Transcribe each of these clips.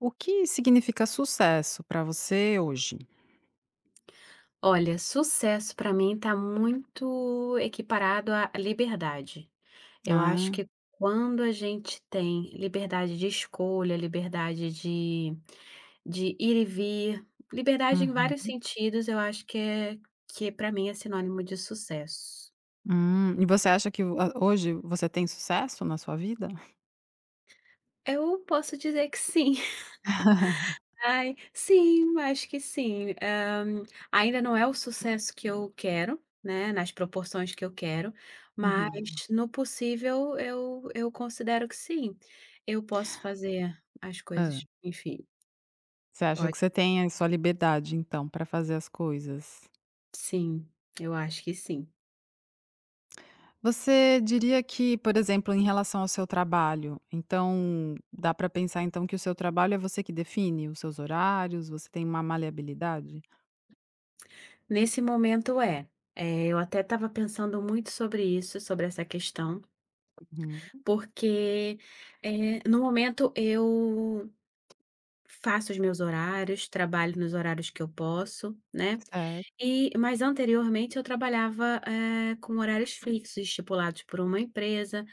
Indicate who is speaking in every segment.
Speaker 1: O que significa sucesso para você hoje?
Speaker 2: Olha, sucesso para mim tá muito equiparado à liberdade. Eu acho
Speaker 1: Ah,
Speaker 2: que quando a gente tem liberdade de escolha, liberdade de ir e vir, liberdade em vários
Speaker 1: uhum.
Speaker 2: sentidos, eu acho que que para mim é sinônimo de sucesso.
Speaker 1: E você acha que a hoje você tem sucesso na sua vida?
Speaker 2: Eu posso dizer que sim. Ai, sim, acho que sim. Ainda não é o sucesso que eu quero, né, nas proporções que eu quero, mas
Speaker 1: Uhum.
Speaker 2: no possível eu considero que sim, eu posso fazer as
Speaker 1: Hã.
Speaker 2: coisas, enfim,
Speaker 1: Você acha
Speaker 2: pode
Speaker 1: que você tem a sua liberdade, então, para fazer as coisas.
Speaker 2: sim, eu acho que sim.
Speaker 1: Você diria que, por exemplo, em relação ao seu trabalho, então dá para pensar, então, que o seu trabalho é você que define os seus horários, você tem uma maleabilidade?
Speaker 2: Nesse momento é. Eu até estava pensando muito sobre isso, sobre essa questão,
Speaker 1: Uhum.
Speaker 2: porque, no momento eu faço os meus horários, trabalho nos horários que eu posso, né.
Speaker 1: Certo.
Speaker 2: E mas anteriormente eu trabalhava, com horários fixos estipulados por uma empresa,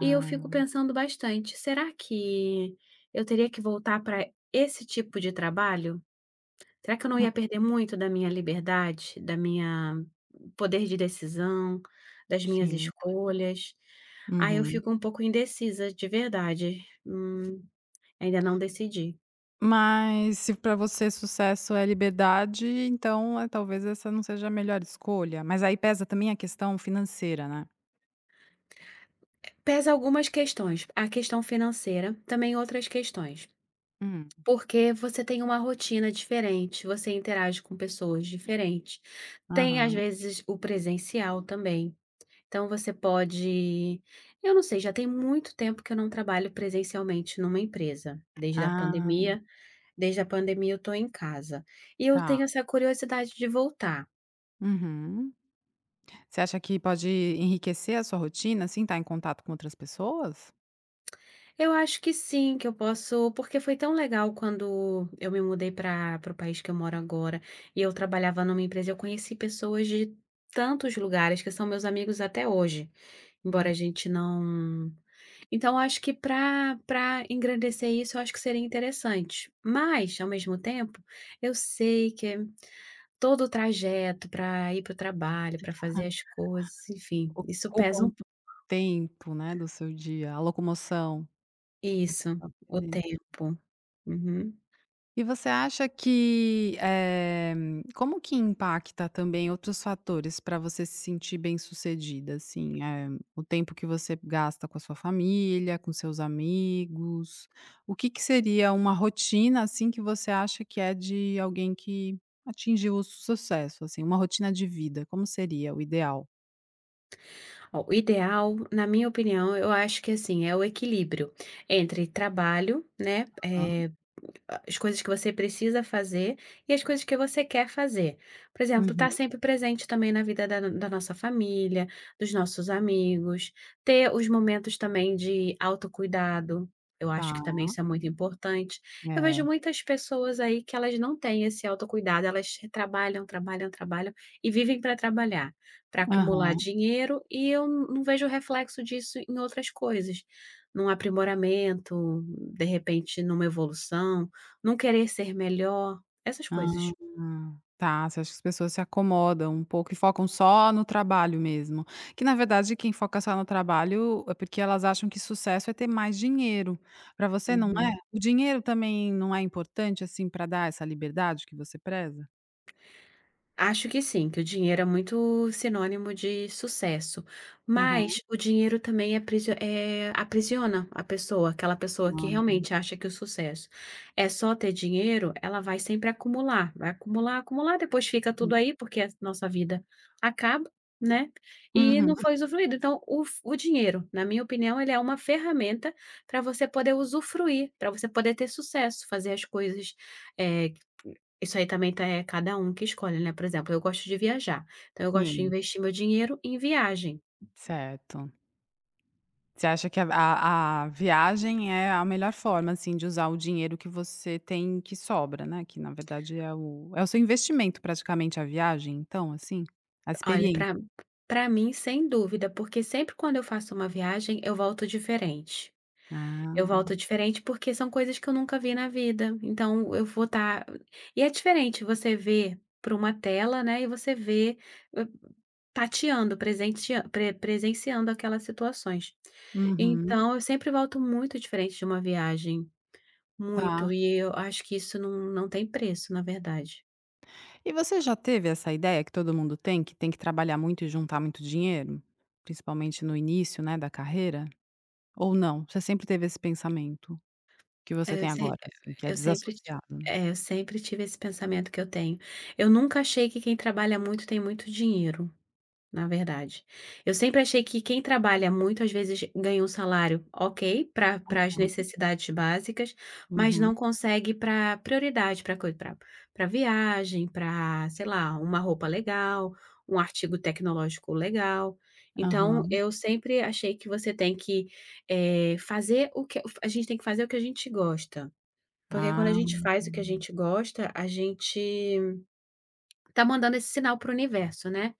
Speaker 2: e eu fico pensando bastante, será que eu teria que voltar para esse tipo de trabalho? Será que eu não
Speaker 1: Hum,
Speaker 2: ia perder muito da minha liberdade, da minha poder de decisão, das minhas
Speaker 1: sim.
Speaker 2: escolhas? Aí eu
Speaker 1: Uhum.
Speaker 2: fico um pouco indecisa, de verdade. Ainda não decidi.
Speaker 1: Mas se para você sucesso é liberdade, então, talvez essa não seja a melhor escolha, mas aí pesa também a questão financeira, né?
Speaker 2: Pesa algumas questões, a questão financeira, também outras questões.
Speaker 1: Hum.
Speaker 2: Porque você tem uma rotina diferente, você interage com pessoas diferentes. Tem, às
Speaker 1: Aham.
Speaker 2: vezes, o presencial também. Então você pode eu não sei, já tem muito tempo que eu não trabalho presencialmente numa empresa, desde a
Speaker 1: Ah,
Speaker 2: pandemia desde a pandemia eu estou em casa. E eu
Speaker 1: tá.
Speaker 2: tenho essa curiosidade de voltar.
Speaker 1: Uhum. Você acha que pode enriquecer a sua rotina, assim, estar em contato com outras pessoas?
Speaker 2: Eu acho que sim, que eu posso, porque foi tão legal quando eu me mudei para o país que eu moro agora e eu trabalhava numa empresa, eu conheci pessoas de tantos lugares que são meus amigos até hoje, embora a
Speaker 1: Hum,
Speaker 2: gente não. Então, eu acho que para engrandecer isso, eu acho que seria interessante. Mas, ao mesmo tempo, eu sei que é todo o trajeto para ir para o trabalho, para fazer as coisas, enfim, isso
Speaker 1: ocupa
Speaker 2: pesa um
Speaker 1: um
Speaker 2: pouco.
Speaker 1: tempo, né, do seu dia, a locomoção.
Speaker 2: Isso, o tempo. Uhum.
Speaker 1: E você acha que, como que impacta também outros fatores para você se sentir bem-sucedida, assim, o tempo que você gasta com a sua família, com seus amigos, o que que seria uma rotina, assim, que você acha que é de alguém que atingiu o sucesso, assim, uma rotina de vida, como seria o ideal?
Speaker 2: Ó, o ideal, na minha opinião, eu acho que assim, é o equilíbrio entre trabalho, né,
Speaker 1: Hã,
Speaker 2: as coisas que você precisa fazer e as coisas que você quer fazer. Por exemplo,
Speaker 1: uhum,
Speaker 2: estar sempre presente também na vida da nossa família, dos nossos amigos, ter os momentos também de autocuidado, eu acho
Speaker 1: tá,
Speaker 2: que também isso é muito importante. Eu vejo
Speaker 1: é,
Speaker 2: muitas pessoas aí que elas não têm esse autocuidado, elas trabalham, trabalham, trabalham e vivem para trabalhar, para acumular
Speaker 1: aham.
Speaker 2: dinheiro e eu não vejo reflexo disso em outras coisas, num aprimoramento, de repente numa evolução. Não querer ser melhor, essas
Speaker 1: Ah,
Speaker 2: coisas.
Speaker 1: tá, você acha que as pessoas se acomodam um pouco e focam só no trabalho mesmo. Que na verdade quem foca só no trabalho é porque elas acham que sucesso é ter mais dinheiro. Para você não é?
Speaker 2: Uhum.
Speaker 1: É. O dinheiro também não é importante, assim, para dar essa liberdade que você preza?
Speaker 2: Acho que sim, que o dinheiro é muito sinônimo de sucesso,
Speaker 1: Aham.
Speaker 2: mas o dinheiro também aprisiona a pessoa, aquela pessoa que
Speaker 1: Hum.
Speaker 2: realmente acha que o sucesso é só ter dinheiro, ela vai sempre acumular, vai acumular, acumular, depois fica tudo aí, porque a nossa vida acaba, né, e não
Speaker 1: Uhum,
Speaker 2: foi usufruído. Então o dinheiro, na minha opinião, ele é uma ferramenta para você poder usufruir, para você poder ter sucesso, fazer as coisas, eh, isso aí também tá é cada um que escolhe, né, por exemplo, eu gosto de viajar, então eu gosto de
Speaker 1: sim,
Speaker 2: investir meu dinheiro em viagem.
Speaker 1: certo. Você acha que a viagem é a melhor forma, assim, de usar o dinheiro que você tem que sobra, né, que na verdade é o seu investimento praticamente a viagem então, assim? A
Speaker 2: Olha,
Speaker 1: experiência.
Speaker 2: para mim, sem dúvida, porque sempre quando eu faço uma viagem, eu volto diferente. Eu
Speaker 1: Ah,
Speaker 2: volto diferente, porque são coisas que eu nunca vi na vida, então eu vou estar e é diferente você ver para uma tela, né, e você ver, hã, tateando, presentea pre presenciando aquelas situações.
Speaker 1: uhum,
Speaker 2: Então eu sempre volto muito diferente de uma viagem.
Speaker 1: tá.
Speaker 2: Muito, e eu acho que isso não tem preço, na verdade.
Speaker 1: E você já teve essa ideia que todo mundo tem que trabalhar muito e juntar muito dinheiro? Principalmente no início, né, da carreira? Ou não? Você sempre teve esse pensamento que você
Speaker 2: É, eu
Speaker 1: tem
Speaker 2: sem
Speaker 1: agora, assim, que é
Speaker 2: eu sempre ti
Speaker 1: desassociado, né?
Speaker 2: é, eu sempre tive esse pensamento que eu tenho. Eu nunca achei que quem trabalha muito tem muito dinheiro. Na verdade. Eu sempre achei que quem trabalha muito, às vezes, ganha um salário ok para pra as necessidades básicas, mas
Speaker 1: Uhum,
Speaker 2: não consegue para prioridade, para coisa, para viagem, para sei lá, uma roupa legal, um artigo tecnológico legal. Então,
Speaker 1: aham.
Speaker 2: eu sempre achei que você tem que, fazer o que a gente gosta, porque quando a
Speaker 1: Ah.
Speaker 2: gente faz o que a gente gosta, a gente tá mandando esse sinal para o universo, né.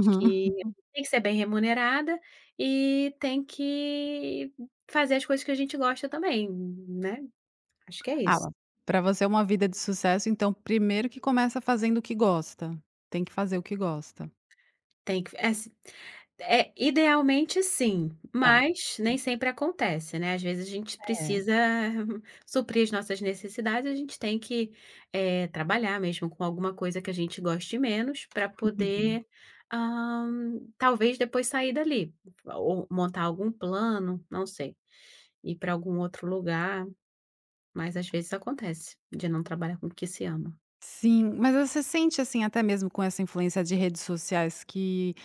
Speaker 2: De que tem que ser bem remunerada e tem que fazer as coisas que a gente gosta também, né, acho que é isso.
Speaker 1: Ah, pra você é uma vida de sucesso, então primeiro que começa fazendo o que gosta, tem que fazer o que gosta.
Speaker 2: Tem que é assi é, idealmente sim,
Speaker 1: Tá.
Speaker 2: mas nem sempre acontece, né, às vezes a gente
Speaker 1: É.
Speaker 2: precisa suprir as nossas necessidades, a gente tem que, trabalhar mesmo com alguma coisa que a gente goste menos para
Speaker 1: Uhum.
Speaker 2: poder, hã, talvez depois sair dali, ou montar algum plano, não sei, ir para algum outro lugar. Mas às vezes acontece de não trabalhar com o que se ama.
Speaker 1: Sim, mas você sente, assim, até mesmo com essa influência de redes sociais que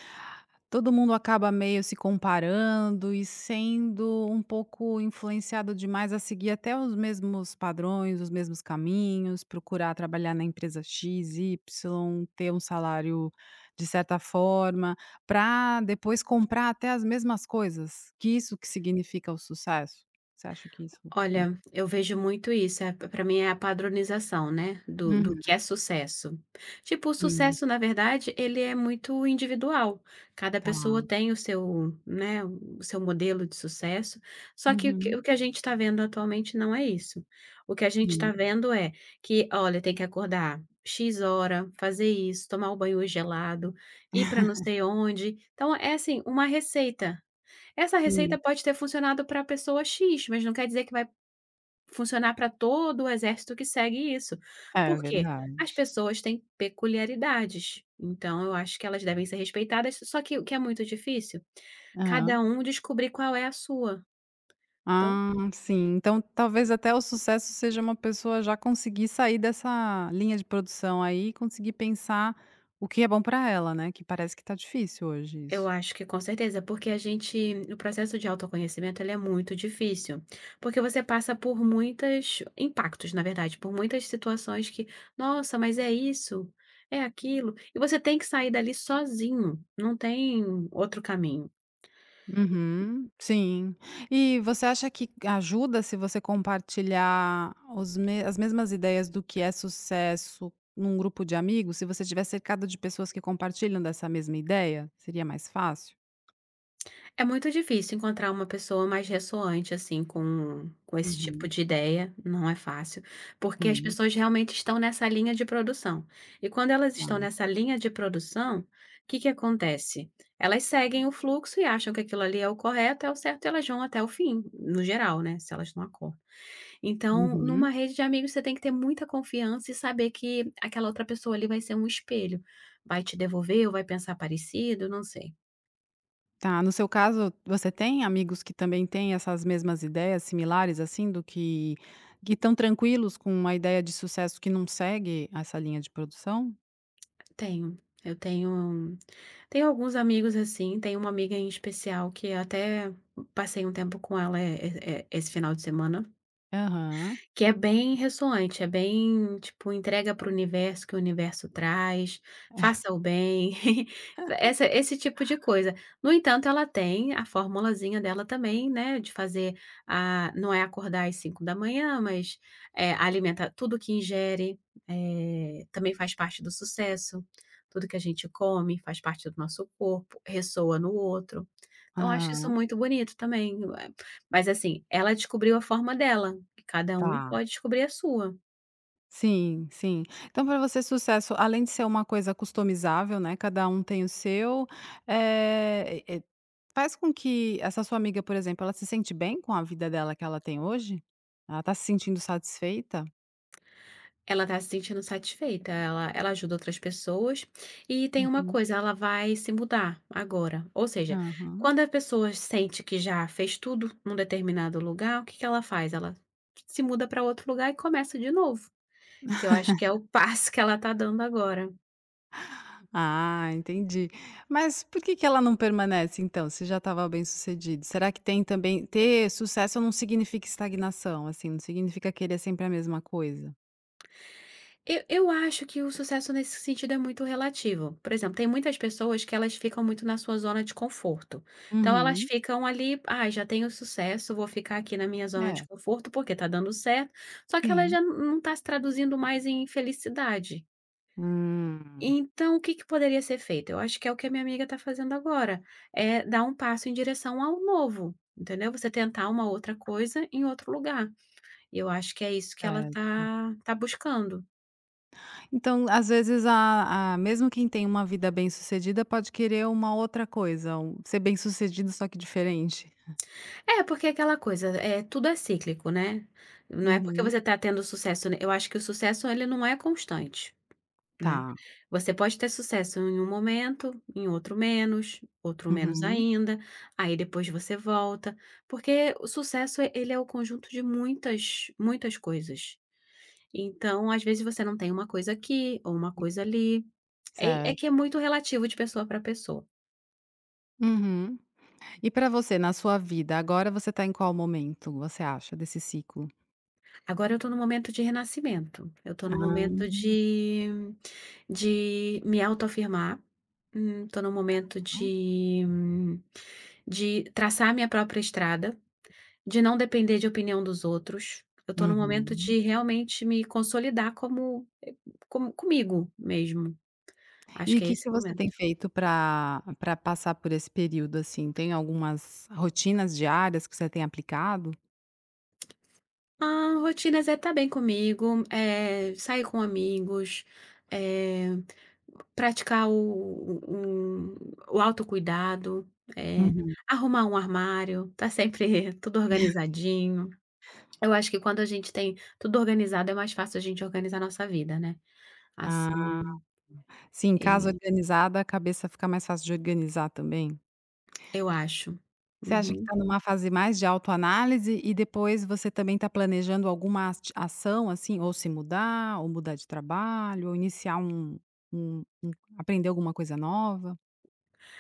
Speaker 1: todo mundo acaba meio se comparando e sendo um pouco influenciado demais a seguir até os mesmos padrões, os mesmos caminhos, procurar trabalhar na empresa X, Y, ter um salário de certa forma, para depois comprar até as mesmas coisas, que isso que significa o sucesso? Você acha que isso está acontecendo?
Speaker 2: Olha, eu vejo muito isso, pra mim é a padronização, né, do
Speaker 1: Uhum,
Speaker 2: que é sucesso. Tipo, o
Speaker 1: sim,
Speaker 2: sucesso, na verdade, ele é muito individual. Cada
Speaker 1: tá.
Speaker 2: pessoa tem o seu, né, o seu modelo de sucesso, só que o que
Speaker 1: Uhum,
Speaker 2: o que a gente está vendo atualmente não é isso. O que a gente está
Speaker 1: sim,
Speaker 2: vendo é que, olha, tem que acordar "X hora", fazer isso, tomar o banho gelado, ir para não sei onde. Então é, assim, uma receita. Essa
Speaker 1: sim.
Speaker 2: receita pode ter funcionado para a pessoa X, mas não quer dizer que vai funcionar para todo o exército que segue isso.
Speaker 1: É
Speaker 2: Por quê?
Speaker 1: verdade.
Speaker 2: As pessoas têm peculiaridades, então eu acho que elas devem ser respeitadas, só que o que é muito difícil?
Speaker 1: Aham.
Speaker 2: Cada um descobrir qual é a sua. Então,
Speaker 1: Ah, sim. Então, talvez até o sucesso seja uma pessoa já conseguir sair dessa linha de produção aí e conseguir pensar o que é bom para ela, né, que parece que tá difícil hoje
Speaker 2: eu
Speaker 1: isso.
Speaker 2: acho que com certeza, porque a gente o processo de autoconhecimento, ele é muito difícil, porque você passa por muitos impactos, na verdade, por muitas situações que: "Nossa, mas é isso, é aquilo", e você tem que sair dali sozinho, não tem outro caminho.
Speaker 1: Uhum, sim. E você acha que ajuda se você compartilhar os me as mesmas ideias do que é sucesso num grupo de amigos? Se você estiver cercado de pessoas que compartilham dessa mesma ideia, seria mais fácil?
Speaker 2: É muito difícil encontrar uma pessoa mais ressoante, assim, com esse tipo
Speaker 1: Uhum,
Speaker 2: de ideia, não é fácil, porque as
Speaker 1: sim,
Speaker 2: pessoas realmente estão nessa linha de produção. E quando elas estão
Speaker 1: tá.
Speaker 2: nessa linha de produção, o que que acontece? Elas seguem o fluxo e acham que aquilo ali é o correto, é o certo, e elas vão até o fim, no geral, né, se elas não acordam. Então,
Speaker 1: Uhum.
Speaker 2: numa rede de amigos, você tem que ter muita confiança e saber que aquela outra pessoa ali vai ser um espelho, vai te devolver ou vai pensar parecido, não sei.
Speaker 1: Tá, no seu caso, você tem amigos que também têm essas mesmas ideias similares, assim, do que estão tranquilos com uma ideia de sucesso que não segue essa linha de produção?
Speaker 2: Tenho. Eu tenho alguns amigos, assim, tenho uma amiga em especial que até passei um tempo com ela, esse final de semana.
Speaker 1: Aham,
Speaker 2: Que é bem ressoante, é bem, tipo, entrega para o universo que o universo traz, faça o bem, essa esse tipo de coisa. No entanto, ela tem a formulazinha dela também, né, de fazer a não é acordar às 5 da manhã, mas, alimenta tudo que ingere, também faz parte do sucesso, tudo que a gente come faz parte do nosso corpo, ressoa no outro. Então eu acho isso
Speaker 1: aham,
Speaker 2: muito bonito também, mas assim, ela descobriu a forma dela, e cada um
Speaker 1: tá.
Speaker 2: pode descobrir a sua.
Speaker 1: Sim, sim. Então, para você, sucesso, além de ser uma coisa customizável, né, cada um tem o seu, e faz com que essa sua amiga, por exemplo, ela se sente bem com a vida dela que ela tem hoje? Ela tá se sentindo satisfeita?
Speaker 2: Ela está se sentindo satisfeita, ela ajuda outras pessoas, e tem uma
Speaker 1: Uhum,
Speaker 2: coisa, ela vai se mudar agora, ou seja,
Speaker 1: aham.
Speaker 2: quando a pessoa sente que já fez tudo num determinado lugar, o que que ela faz? Ela se muda para outro lugar e começa de novo, que eu acho que é o passo que ela está dando agora.
Speaker 1: Ah, entendi. Mas por que que ela não permanece então, se já estava bem-sucedido? Será que tem também ter sucesso não significa estagnação, assim, não significa querer sempre a mesma coisa?
Speaker 2: Eu acho que o sucesso nesse sentido é muito relativo. Por exemplo, tem muitas pessoas que elas ficam muito na sua zona de conforto. Então elas
Speaker 1: Uhum.
Speaker 2: ficam ali: "Ah, já tenho sucesso, vou ficar aqui na minha zona de
Speaker 1: É,
Speaker 2: conforto, porque tá dando certo", só que ela
Speaker 1: sim.
Speaker 2: já não tá se traduzindo mais em felicidade.
Speaker 1: Hum,
Speaker 2: Então o que que poderia ser feito? Eu acho que é o que a minha amiga está fazendo agora, é dar um passo em direção ao novo, entendeu? Você tentar uma outra coisa em outro lugar. E eu acho que é isso que ela
Speaker 1: certo.
Speaker 2: tá buscando.
Speaker 1: Então, às vezes, a mesmo quem tem uma vida bem-sucedida pode querer uma outra coisa, um ser bem-sucedido, só que diferente.
Speaker 2: É, porque é aquela coisa, é tudo é cíclico, né. Não é porque você
Speaker 1: Uhum.
Speaker 2: está tendo sucesso, né, eu acho que o sucesso ele não é constante, né.
Speaker 1: Tá.
Speaker 2: Você pode ter sucesso em um momento, em outro menos
Speaker 1: Uhum.
Speaker 2: ainda, aí depois você volta, porque o sucesso ele é o conjunto de muitas, muitas coisas. Então, às vezes você não tem uma coisa aqui ou uma coisa ali, é que é
Speaker 1: Certo.
Speaker 2: muito relativo de pessoa para pessoa.
Speaker 1: Uhum. E pra você, na sua vida, agora você tá em qual momento, você acha, desse ciclo?
Speaker 2: Agora eu estou no momento de renascimento, eu estou no momento
Speaker 1: Ah,
Speaker 2: de me autoafirmar, tô num momento
Speaker 1: tá.
Speaker 2: de traçar minha própria estrada, de não depender de opinião dos outros. Eu estou no momento
Speaker 1: Uhum.
Speaker 2: de realmente me consolidar como comigo mesmo. Acho
Speaker 1: E o
Speaker 2: que é
Speaker 1: que
Speaker 2: esse
Speaker 1: que você tem
Speaker 2: momento.
Speaker 1: feito pra passar por esse período, assim? Tem algumas rotinas diárias que você tem aplicado?
Speaker 2: A rotina Zé tá bem comigo, é sair com amigos, é praticar o autocuidado, é
Speaker 1: Uhum.
Speaker 2: arrumar um armário, tá sempre tudo organizadinho. Eu acho que quando a gente tem tudo organizado é mais fácil a gente organizar a nossa vida, né?
Speaker 1: Ah,
Speaker 2: Assim,
Speaker 1: sim, casa
Speaker 2: eh,
Speaker 1: organizada, a cabeça fica mais fácil de organizar também?
Speaker 2: eu acho.
Speaker 1: Você acha que
Speaker 2: Uhum.
Speaker 1: está numa fase mais de autoanálise e depois você também está planejando alguma ati ação, assim, ou se mudar, ou mudar de trabalho, ou iniciar um aprender alguma coisa nova?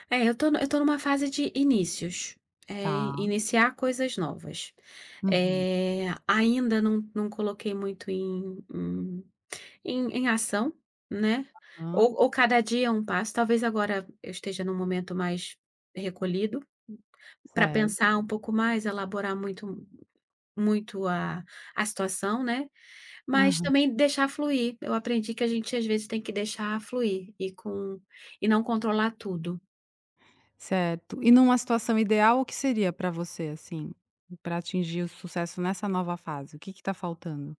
Speaker 2: É, eu tô no- eu tô numa fase de inícios,
Speaker 1: Tá.
Speaker 2: iniciar coisas novas.
Speaker 1: Uhum.
Speaker 2: Ainda não coloquei muito em ação, né,
Speaker 1: Hã.
Speaker 2: ou cada dia é um passo, talvez agora eu esteja num momento mais recolhido, para
Speaker 1: Certo.
Speaker 2: pensar um pouco mais, elaborar muito muito a situação, né, mas
Speaker 1: Aham.
Speaker 2: também deixar fluir. Eu aprendi que a gente às vezes tem que deixar fluir e não controlar tudo.
Speaker 1: Certo. E numa situação ideal, o que seria para você, assim, para atingir o sucesso nessa nova fase? O que que tá faltando?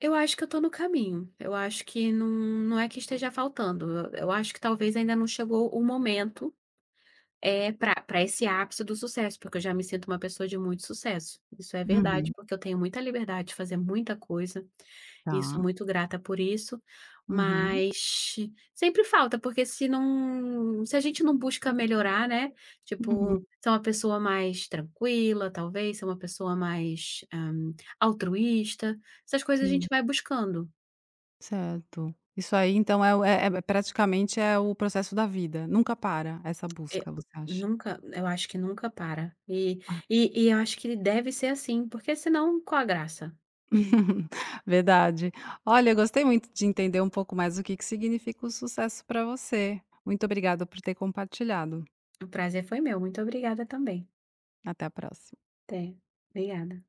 Speaker 2: Eu acho que eu tô no caminho. Eu acho que não é que esteja faltando. Eu acho que talvez ainda não chegou o momento, pra esse ápice do sucesso, porque eu já me sinto uma pessoa de muito sucesso. Isso é verdade,
Speaker 1: Uhum.
Speaker 2: porque eu tenho muita liberdade de fazer muita coisa, e sou
Speaker 1: Tá.
Speaker 2: muito grata por isso,
Speaker 1: Uhum.
Speaker 2: mas sempre falta, porque se a gente não busca melhorar, né,
Speaker 1: Uhum.
Speaker 2: tipo, ser uma pessoa mais tranquila, talvez, ser uma pessoa mais, altruísta, essas coisas a gente
Speaker 1: Sim.
Speaker 2: vai buscando.
Speaker 1: Certo. Isso aí então é o é é praticamente é o processo da vida, nunca para essa
Speaker 2: É,
Speaker 1: busca, você acha?
Speaker 2: nunca eu acho que nunca para. E eu acho que deve ser assim, porque senão qual a graça?
Speaker 1: Verdade. Olha, eu gostei muito de entender um pouco mais o que que significa o sucesso para você. Muito obrigada por ter compartilhado.
Speaker 2: O prazer foi meu, muito obrigada também.
Speaker 1: Até a próxima.
Speaker 2: Até. Obrigada.